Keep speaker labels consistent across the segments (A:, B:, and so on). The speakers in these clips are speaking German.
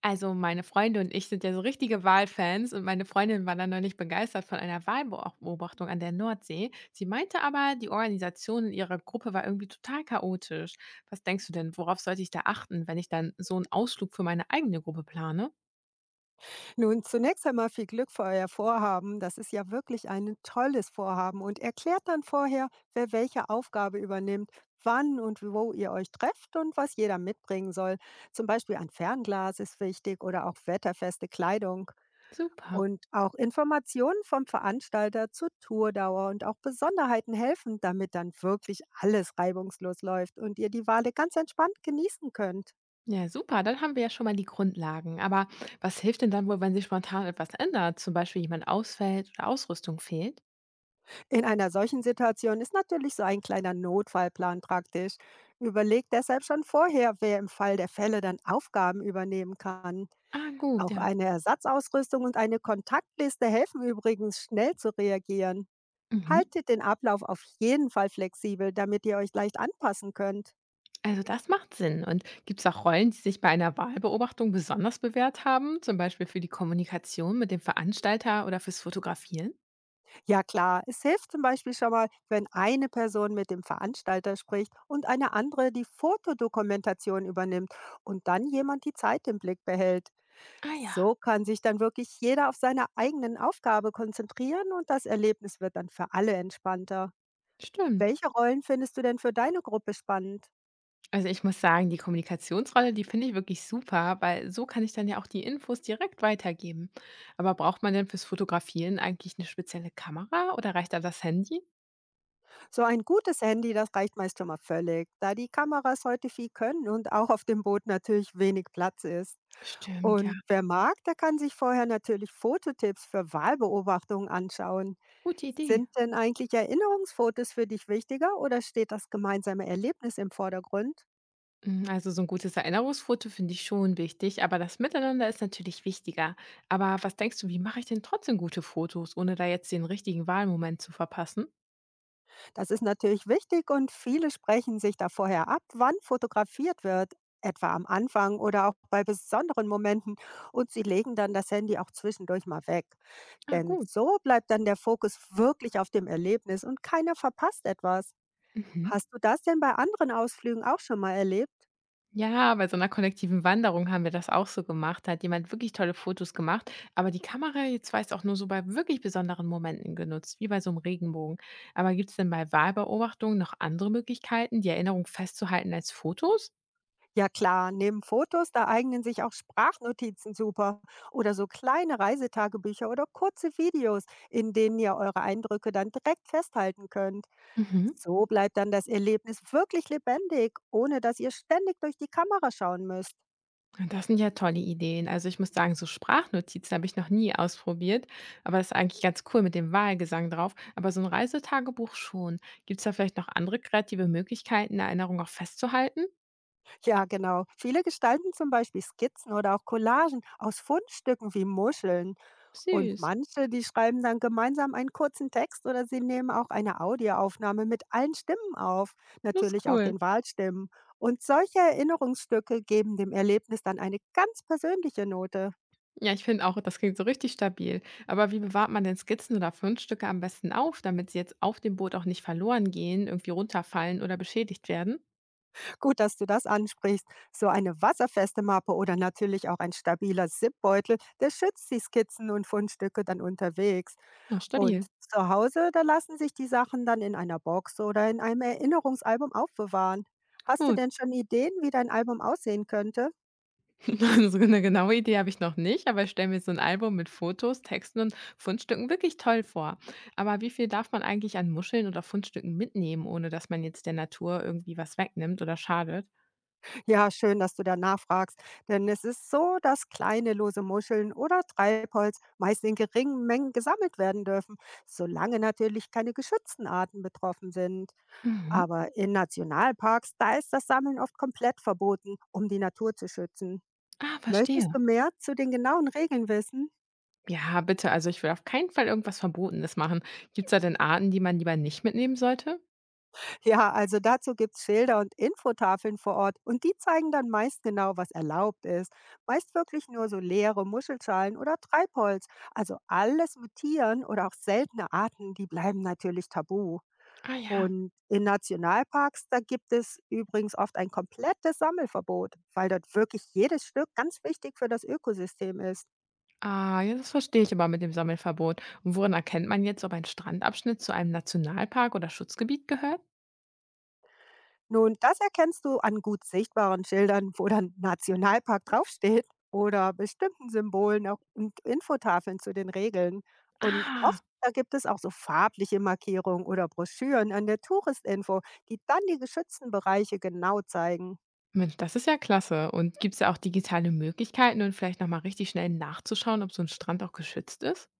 A: Also meine Freunde und ich sind ja so richtige Walfans und meine Freundin war dann neulich begeistert von einer Wahlbeobachtung an der Nordsee. Sie meinte aber, die Organisation in ihrer Gruppe war irgendwie total chaotisch. Was denkst du denn, worauf sollte ich da achten, wenn ich dann so einen Ausflug für meine eigene Gruppe plane?
B: Nun, zunächst einmal viel Glück für euer Vorhaben. Das ist ja wirklich ein tolles Vorhaben und erklärt dann vorher, wer welche Aufgabe übernimmt, wann und wo ihr euch trefft und was jeder mitbringen soll. Zum Beispiel ein Fernglas ist wichtig oder auch wetterfeste Kleidung.
A: Super.
B: Und auch Informationen vom Veranstalter zur Tourdauer und auch Besonderheiten helfen, damit dann wirklich alles reibungslos läuft und ihr die Wale ganz entspannt genießen könnt.
A: Ja, super. Dann haben wir ja schon mal die Grundlagen. Aber was hilft denn dann wohl, wenn sich spontan etwas ändert? Zum Beispiel jemand ausfällt oder Ausrüstung fehlt?
B: In einer solchen Situation ist natürlich so ein kleiner Notfallplan praktisch. Überlegt deshalb schon vorher, wer im Fall der Fälle dann Aufgaben übernehmen kann.
A: Ah, gut,
B: Auch
A: ja.
B: eine Ersatzausrüstung und eine Kontaktliste helfen übrigens, schnell zu reagieren.
A: Mhm.
B: Haltet den Ablauf auf jeden Fall flexibel, damit ihr euch leicht anpassen könnt.
A: Also das macht Sinn. Und gibt es auch Rollen, die sich bei einer Wahlbeobachtung besonders bewährt haben, zum Beispiel für die Kommunikation mit dem Veranstalter oder fürs Fotografieren?
B: Ja klar, es hilft zum Beispiel schon mal, wenn eine Person mit dem Veranstalter spricht und eine andere die Fotodokumentation übernimmt und dann jemand die Zeit im Blick behält.
A: Ah ja,
B: So kann sich dann wirklich jeder auf seine eigenen Aufgabe konzentrieren und das Erlebnis wird dann für alle entspannter.
A: stimmt.
B: Welche Rollen findest du denn für deine Gruppe spannend?
A: Also ich muss sagen, die Kommunikationsrolle, die finde ich wirklich super, weil so kann ich dann ja auch die Infos direkt weitergeben. Aber braucht man denn fürs Fotografieren eigentlich eine spezielle Kamera oder reicht da das Handy?
B: So ein gutes Handy, das reicht meist schon mal völlig, da die Kameras heute viel können und auch auf dem Boot natürlich wenig Platz ist.
A: Stimmt, ja.
B: Und wer mag, der kann sich vorher natürlich Fototipps für Wahlbeobachtungen anschauen.
A: Gute Idee.
B: Sind denn eigentlich Erinnerungsfotos für dich wichtiger oder steht das gemeinsame Erlebnis im Vordergrund?
A: Hm, also so ein gutes Erinnerungsfoto finde ich schon wichtig, aber das Miteinander ist natürlich wichtiger. Aber was denkst du, wie mache ich denn trotzdem gute Fotos, ohne da jetzt den richtigen Wahlmoment zu verpassen?
B: Das ist natürlich wichtig und viele sprechen sich da vorher ab, wann fotografiert wird, etwa am Anfang oder auch bei besonderen Momenten und sie legen dann das Handy auch zwischendurch mal weg.
A: Ah,
B: Denn
A: gut.
B: so bleibt dann der Fokus wirklich auf dem Erlebnis und keiner verpasst etwas.
A: Mhm.
B: Hast du das denn bei anderen Ausflügen auch schon mal erlebt?
A: Ja, bei so einer kollektiven Wanderung haben wir das auch so gemacht. Da hat jemand wirklich tolle Fotos gemacht, aber die Kamera jetzt weiß auch nur so bei wirklich besonderen Momenten genutzt, wie bei so einem Regenbogen. Aber gibt es denn bei Wahlbeobachtungen noch andere Möglichkeiten, die Erinnerung festzuhalten als Fotos?
B: Ja klar, neben Fotos, da eignen sich auch Sprachnotizen super oder so kleine Reisetagebücher oder kurze Videos, in denen ihr eure Eindrücke dann direkt festhalten könnt.
A: Mhm.
B: So bleibt dann das Erlebnis wirklich lebendig, ohne dass ihr ständig durch die Kamera schauen müsst.
A: Das sind ja tolle Ideen. Also ich muss sagen, so Sprachnotizen habe ich noch nie ausprobiert, aber das ist eigentlich ganz cool mit dem Wahlgesang drauf. Aber so ein Reisetagebuch schon. Gibt es da vielleicht noch andere kreative Möglichkeiten, eine Erinnerung auch festzuhalten?
B: Ja genau, viele gestalten zum Beispiel Skizzen oder auch Collagen aus Fundstücken wie Muscheln. Und
A: Süß,
B: manche, die schreiben dann gemeinsam einen kurzen Text oder sie nehmen auch eine Audioaufnahme mit allen Stimmen auf,
A: das ist
B: natürlich auch
A: cool.
B: den Wahlstimmen. Und solche Erinnerungsstücke geben dem Erlebnis dann eine ganz persönliche Note.
A: Ja, ich finde auch, das klingt so richtig stabil. Aber wie bewahrt man denn Skizzen oder Fundstücke am besten auf, damit sie jetzt auf dem Boot auch nicht verloren gehen, irgendwie runterfallen oder beschädigt werden?
B: Gut, dass du das ansprichst. So eine wasserfeste Mappe oder natürlich auch ein stabiler Zipbeutel, der schützt die Skizzen und Fundstücke dann unterwegs.
A: Ja,
B: Und
A: stabil.
B: zu Hause, da lassen sich die Sachen dann in einer Box oder in einem Erinnerungsalbum aufbewahren. Hast du
A: Cool.
B: denn schon Ideen, wie dein Album aussehen könnte?
A: So 'ne genaue Idee habe ich noch nicht, aber ich stelle mir so ein Album mit Fotos, Texten und Fundstücken wirklich toll vor. Aber wie viel darf man eigentlich an Muscheln oder Fundstücken mitnehmen, ohne dass man jetzt der Natur irgendwie was wegnimmt oder schadet?
B: Ja, schön, dass du da nachfragst. Denn es ist so, dass kleine lose Muscheln oder Treibholz meist in geringen Mengen gesammelt werden dürfen, solange natürlich keine geschützten Arten betroffen sind.
A: Mhm.
B: Aber in Nationalparks, da ist das Sammeln oft komplett verboten, um die Natur zu schützen.
A: Ah,
B: Möchtest
A: verstehe.
B: du mehr zu den genauen Regeln wissen?
A: Ja, bitte. Also, ich will auf keinen Fall irgendwas Verbotenes machen. Gibt es da denn Arten, die man lieber nicht mitnehmen sollte?
B: Ja, also dazu gibt es Schilder und Infotafeln vor Ort und die zeigen dann meist genau, was erlaubt ist. Meist wirklich nur so leere Muschelschalen oder Treibholz. Also alles mit Tieren oder auch seltene Arten, die bleiben natürlich tabu.
A: Ah ja.
B: Und in Nationalparks, da gibt es übrigens oft ein komplettes Sammelverbot, weil dort wirklich jedes Stück ganz wichtig für das Ökosystem ist.
A: Ah, ja, das verstehe ich aber mit dem Sammelverbot. Und woran erkennt man jetzt, ob ein Strandabschnitt zu einem Nationalpark oder Schutzgebiet gehört?
B: Nun, das erkennst du an gut sichtbaren Schildern, wo dann Nationalpark draufsteht oder bestimmten Symbolen auch und Infotafeln zu den Regeln. Und
A: Ah.
B: oft da gibt es auch so farbliche Markierungen oder Broschüren an der Touristinfo, die dann die geschützten Bereiche genau zeigen.
A: Mensch, das ist ja klasse. Und gibt es da auch digitale Möglichkeiten und vielleicht noch mal richtig schnell nachzuschauen, ob so ein Strand auch geschützt ist?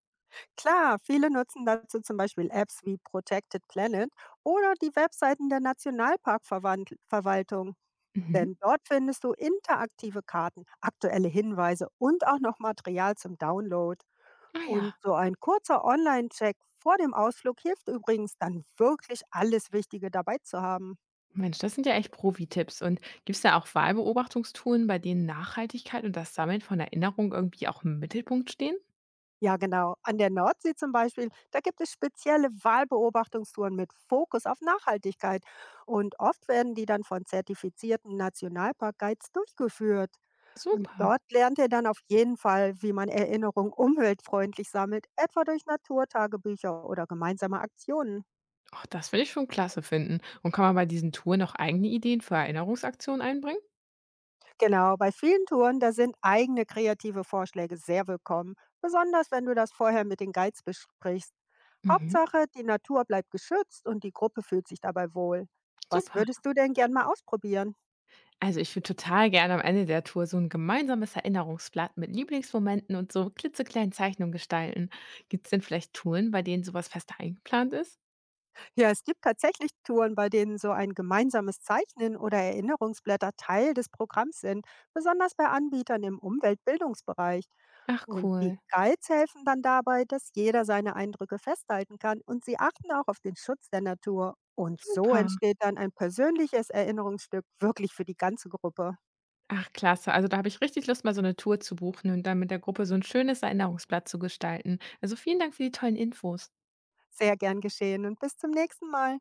B: Klar, viele nutzen dazu zum Beispiel Apps wie Protected Planet oder die Webseiten der Nationalparkverwaltung.
A: Mhm.
B: Denn dort findest du interaktive Karten, aktuelle Hinweise und auch noch Material zum Download.
A: Ah ja,
B: Und so ein kurzer Online-Check vor dem Ausflug hilft übrigens dann wirklich alles Wichtige dabei zu haben.
A: Mensch, das sind ja echt Profi-Tipps. Und gibt es da auch Wahlbeobachtungstouren, bei denen Nachhaltigkeit und das Sammeln von Erinnerungen irgendwie auch im Mittelpunkt stehen?
B: Ja, genau. An der Nordsee zum Beispiel, da gibt es spezielle Walbeobachtungstouren mit Fokus auf Nachhaltigkeit. Und oft werden die dann von zertifizierten Nationalparkguides durchgeführt. Und
A: Super.
B: dort lernt ihr dann auf jeden Fall, wie man Erinnerungen umweltfreundlich sammelt, etwa durch Naturtagebücher oder gemeinsame Aktionen.
A: Ach, das will ich schon klasse finden. Und kann man bei diesen Touren auch eigene Ideen für Erinnerungsaktionen einbringen?
B: Genau, bei vielen Touren, da sind eigene kreative Vorschläge sehr willkommen, besonders wenn du das vorher mit den Guides besprichst.
A: Mhm.
B: Hauptsache, die Natur bleibt geschützt und die Gruppe fühlt sich dabei wohl. Was
A: Super.
B: würdest du denn gern mal ausprobieren?
A: Also ich würde total gerne am Ende der Tour so ein gemeinsames Erinnerungsblatt mit Lieblingsmomenten und so klitzekleinen Zeichnungen gestalten. Gibt es denn vielleicht Touren, bei denen sowas was fest eingeplant ist?
B: Ja, es gibt tatsächlich Touren, bei denen so ein gemeinsames Zeichnen oder Erinnerungsblätter Teil des Programms sind, besonders bei Anbietern im Umweltbildungsbereich.
A: Ach
B: Und die
A: cool,
B: Guides helfen dann dabei, dass jeder seine Eindrücke festhalten kann und sie achten auch auf den Schutz der Natur. Und so
A: super.
B: entsteht dann ein persönliches Erinnerungsstück wirklich für die ganze Gruppe.
A: Ach klasse, also da habe ich richtig Lust, mal so eine Tour zu buchen und dann mit der Gruppe so ein schönes Erinnerungsblatt zu gestalten. Also vielen Dank für die tollen Infos.
B: Sehr gern geschehen und bis zum nächsten Mal.